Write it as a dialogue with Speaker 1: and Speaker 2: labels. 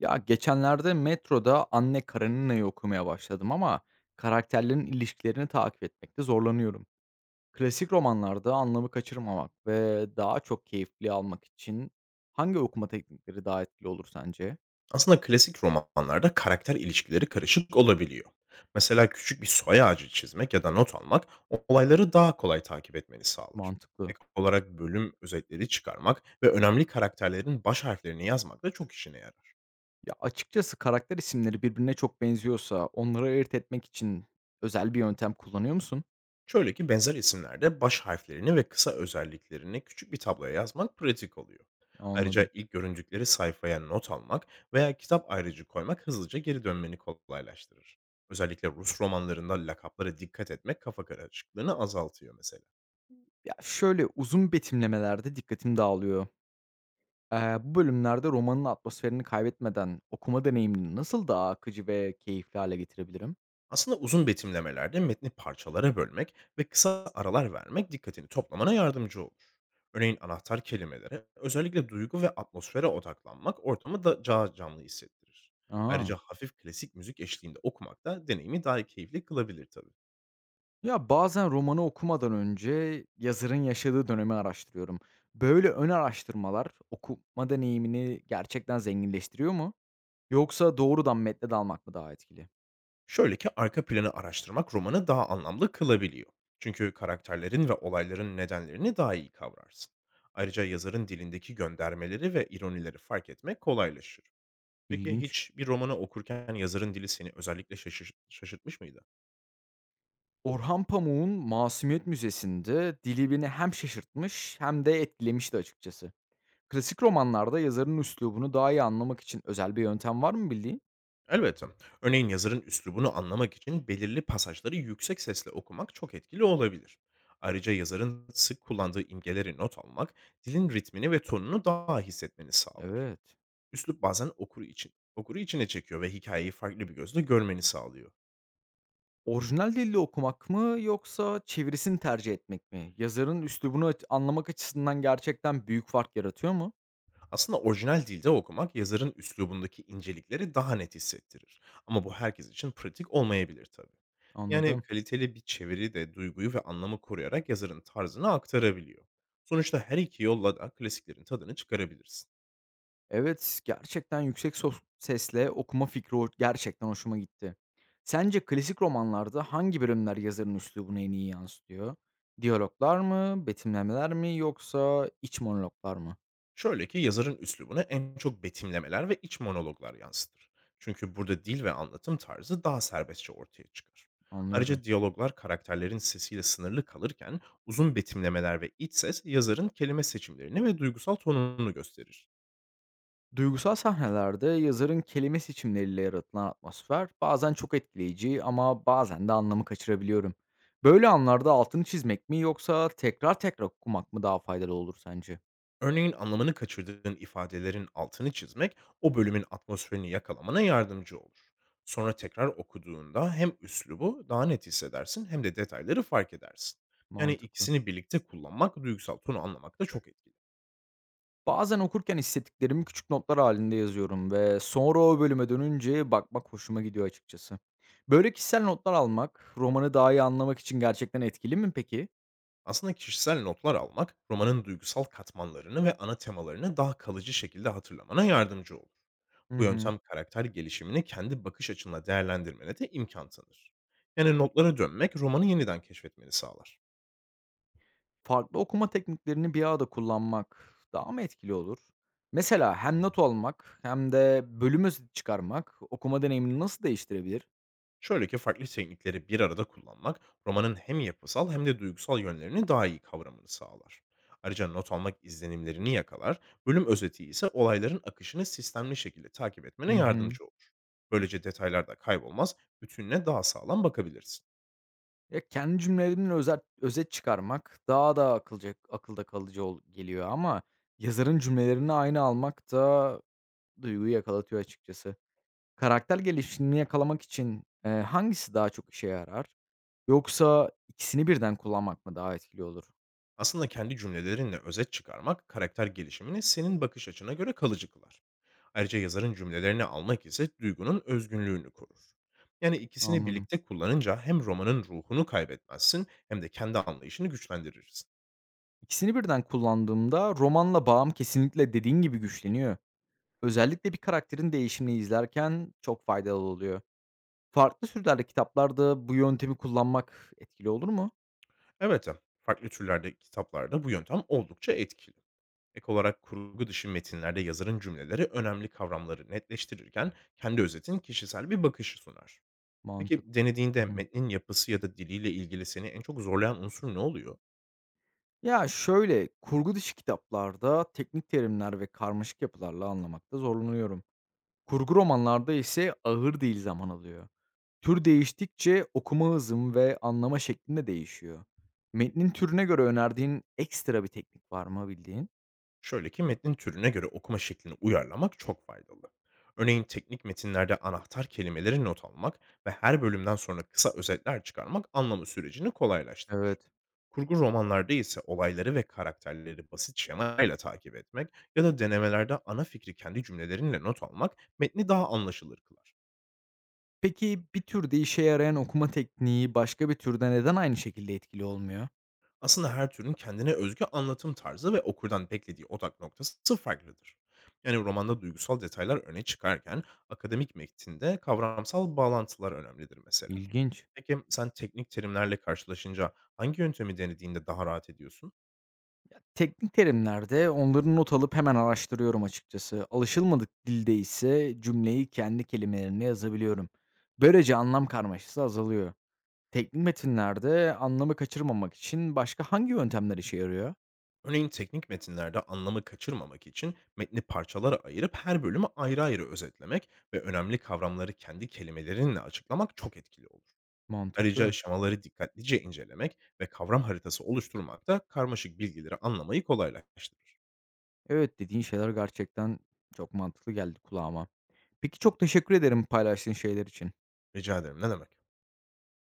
Speaker 1: Ya geçenlerde metroda Anne Karenina'yı okumaya başladım ama karakterlerin ilişkilerini takip etmekte zorlanıyorum. Klasik romanlarda anlamı kaçırmamak ve daha çok keyifli almak için hangi okuma teknikleri daha etkili olur sence?
Speaker 2: Aslında klasik romanlarda karakter ilişkileri karışık olabiliyor. Mesela küçük bir soy ağacı çizmek ya da not almak olayları daha kolay takip etmeni sağlar.
Speaker 1: Mantıklı.
Speaker 2: Ek olarak bölüm özetleri çıkarmak ve önemli karakterlerin baş harflerini yazmak da çok işine yarar.
Speaker 1: Ya açıkçası karakter isimleri birbirine çok benziyorsa onları ayırt etmek için özel bir yöntem kullanıyor musun?
Speaker 2: Şöyle ki benzer isimlerde baş harflerini ve kısa özelliklerini küçük bir tabloya yazmak pratik oluyor. Ayrıca
Speaker 1: Anladım.
Speaker 2: ilk göründükleri sayfaya not almak veya kitap ayrıcı koymak hızlıca geri dönmeni kolaylaştırır. Özellikle Rus romanlarında lakaplara dikkat etmek kafa karışıklığını azaltıyor mesela.
Speaker 1: Ya şöyle uzun betimlemelerde dikkatim dağılıyor. Bu bölümlerde romanın atmosferini kaybetmeden okuma deneyimini nasıl daha akıcı ve keyifli hale getirebilirim?
Speaker 2: Aslında uzun betimlemelerde metni parçalara bölmek ve kısa aralar vermek dikkatini toplamana yardımcı olur. Örneğin anahtar kelimelere, özellikle duygu ve atmosfere odaklanmak ortamı da daha canlı hissettirir.
Speaker 1: A!
Speaker 2: Ayrıca hafif klasik müzik eşliğinde okumak da deneyimi daha keyifli kılabilir tabii.
Speaker 1: Ya, bazen romanı okumadan önce yazarın yaşadığı dönemi araştırıyorum. Böyle ön araştırmalar okuma deneyimini gerçekten zenginleştiriyor mu? Yoksa doğrudan metne dalmak mı daha etkili?
Speaker 2: Şöyle ki arka planı araştırmak romanı daha anlamlı kılabiliyor. Çünkü karakterlerin ve olayların nedenlerini daha iyi kavrarsın. Ayrıca yazarın dilindeki göndermeleri ve ironileri fark etmek kolaylaşır. Peki
Speaker 1: İlginç.
Speaker 2: hiç bir romanı okurken yazarın dili seni özellikle şaşırtmış mıydı?
Speaker 1: Orhan Pamuk'un Masumiyet Müzesi'nde dili beni hem şaşırtmış hem de etkilemişti açıkçası. Klasik romanlarda yazarın üslubunu daha iyi anlamak için özel bir yöntem var mı bildiğin?
Speaker 2: Elbette. Örneğin yazarın üslubunu anlamak için belirli pasajları yüksek sesle okumak çok etkili olabilir. Ayrıca yazarın sık kullandığı imgeleri not almak, dilin ritmini ve tonunu daha hissetmeni sağlar.
Speaker 1: Evet.
Speaker 2: Üslup bazen okuru içine çekiyor ve hikayeyi farklı bir gözle görmeni sağlıyor.
Speaker 1: Orijinal dilde okumak mı yoksa çevirisini tercih etmek mi? Yazarın üslubunu anlamak açısından gerçekten büyük fark yaratıyor mu?
Speaker 2: Aslında orijinal dilde okumak yazarın üslubundaki incelikleri daha net hissettirir. Ama bu herkes için pratik olmayabilir tabii. Yani
Speaker 1: Anladım.
Speaker 2: kaliteli bir çeviri de duyguyu ve anlamı koruyarak yazarın tarzını aktarabiliyor. Sonuçta her iki yolla da klasiklerin tadını çıkarabilirsin.
Speaker 1: Evet, gerçekten yüksek sesle okuma fikri gerçekten hoşuma gitti. Sence klasik romanlarda hangi bölümler yazarın üslubunu en iyi yansıtıyor? Diyaloglar mı, betimlemeler mi yoksa iç monologlar mı?
Speaker 2: Şöyle ki yazarın üslubuna en çok betimlemeler ve iç monologlar yansıtır. Çünkü burada dil ve anlatım tarzı daha serbestçe ortaya çıkar.
Speaker 1: Anlıyorum.
Speaker 2: Ayrıca diyaloglar karakterlerin sesiyle sınırlı kalırken uzun betimlemeler ve iç ses yazarın kelime seçimlerini ve duygusal tonunu gösterir.
Speaker 1: Duygusal sahnelerde yazarın kelime seçimleriyle yaratılan atmosfer bazen çok etkileyici ama bazen de anlamı kaçırabiliyorum. Böyle anlarda altını çizmek mi yoksa tekrar tekrar okumak mı daha faydalı olur sence?
Speaker 2: Örneğin anlamını kaçırdığın ifadelerin altını çizmek o bölümün atmosferini yakalamana yardımcı olur. Sonra tekrar okuduğunda hem üslubu daha net hissedersin hem de detayları fark edersin. Yani
Speaker 1: Mantıklı.
Speaker 2: ikisini birlikte kullanmak duygusal tonu anlamakta çok etkili.
Speaker 1: Bazen okurken hissettiklerimi küçük notlar halinde yazıyorum ve sonra o bölüme dönünce bakmak hoşuma gidiyor açıkçası. Böyle kişisel notlar almak romanı daha iyi anlamak için gerçekten etkili mi peki?
Speaker 2: Aslında kişisel notlar almak romanın duygusal katmanlarını ve ana temalarını daha kalıcı şekilde hatırlamana yardımcı olur.
Speaker 1: Hı
Speaker 2: Bu
Speaker 1: hı.
Speaker 2: yöntem karakter gelişimini kendi bakış açınla değerlendirmene de imkan tanır. Yani notlara dönmek romanı yeniden keşfetmeni sağlar.
Speaker 1: Farklı okuma tekniklerini bir arada kullanmak daha mı etkili olur? Mesela hem not almak hem de bölüm özeti çıkarmak okuma deneyimini nasıl değiştirebilir?
Speaker 2: Şöyle ki farklı teknikleri bir arada kullanmak romanın hem yapısal hem de duygusal yönlerini daha iyi kavramını sağlar. Ayrıca not almak izlenimlerini yakalar, bölüm özeti ise olayların akışını sistemli şekilde takip
Speaker 1: Hı
Speaker 2: etmene
Speaker 1: hı.
Speaker 2: yardımcı olur. Böylece detaylar da kaybolmaz, bütününe daha sağlam bakabilirsin.
Speaker 1: Ya kendi özet çıkarmak daha da akılda kalıcı geliyor ama yazarın cümlelerini aynı almak da duyguyu yakalatıyor açıkçası. Karakter gelişimini yakalamak için hangisi daha çok işe yarar? Yoksa ikisini birden kullanmak mı daha etkili olur?
Speaker 2: Aslında kendi cümlelerinle özet çıkarmak karakter gelişimini senin bakış açına göre kalıcı kılar. Ayrıca yazarın cümlelerini almak ise duygunun özgünlüğünü korur. Yani ikisini
Speaker 1: Anladım.
Speaker 2: birlikte kullanınca hem romanın ruhunu kaybetmezsin hem de kendi anlayışını güçlendirirsin.
Speaker 1: İkisini birden kullandığımda romanla bağım kesinlikle dediğin gibi güçleniyor. Özellikle bir karakterin değişimini izlerken çok faydalı oluyor. Farklı türlerde kitaplarda bu yöntemi kullanmak etkili olur mu?
Speaker 2: Evet, farklı türlerde kitaplarda bu yöntem oldukça etkili. Ek olarak kurgu dışı metinlerde yazarın cümleleri önemli kavramları netleştirirken kendi özetin kişisel bir bakışı sunar. Peki,
Speaker 1: Mantıklı.
Speaker 2: denediğinde
Speaker 1: Hı
Speaker 2: metnin yapısı ya da diliyle ilgili seni en çok zorlayan unsur ne oluyor?
Speaker 1: Ya şöyle, kurgu dışı kitaplarda teknik terimler ve karmaşık yapılarla anlamakta zorlanıyorum. Kurgu romanlarda ise ağır değil zaman alıyor. Tür değiştikçe okuma hızım ve anlama şeklim de değişiyor. Metnin türüne göre önerdiğin ekstra bir teknik var mı bildiğin?
Speaker 2: Şöyle ki metnin türüne göre okuma şeklini uyarlamak çok faydalı. Örneğin teknik metinlerde anahtar kelimeleri not almak ve her bölümden sonra kısa özetler çıkarmak anlamı sürecini kolaylaştırır.
Speaker 1: Evet.
Speaker 2: Kurgu romanlarda ise olayları ve karakterleri basit şemayla takip etmek ya da denemelerde ana fikri kendi cümlelerinle not almak metni daha anlaşılır kılar.
Speaker 1: Peki bir türde işe yarayan okuma tekniği başka bir türde neden aynı şekilde etkili olmuyor?
Speaker 2: Aslında her türün kendine özgü anlatım tarzı ve okurdan beklediği odak noktası farklıdır. Yani romanda duygusal detaylar öne çıkarken akademik metinde kavramsal bağlantılar önemlidir mesela.
Speaker 1: İlginç.
Speaker 2: Peki sen teknik terimlerle karşılaşınca hangi yöntemi denediğinde daha rahat ediyorsun?
Speaker 1: Teknik terimlerde onların not alıp hemen araştırıyorum açıkçası. Alışılmadık dilde ise cümleyi kendi kelimelerimle yazabiliyorum. Böylece anlam karmaşası azalıyor. Teknik metinlerde anlamı kaçırmamak için başka hangi yöntemler işe yarıyor?
Speaker 2: Örneğin teknik metinlerde anlamı kaçırmamak için metni parçalara ayırıp her bölümü ayrı ayrı özetlemek ve önemli kavramları kendi kelimelerinle açıklamak çok etkili olur. Ayrıca
Speaker 1: Mantıklı.
Speaker 2: şemaları dikkatlice incelemek ve kavram haritası oluşturmak da karmaşık bilgileri anlamayı kolaylaştırır.
Speaker 1: Evet, dediğin şeyler gerçekten çok mantıklı geldi kulağıma. Peki çok teşekkür ederim paylaştığın şeyler için.
Speaker 2: Rica ederim, ne demek.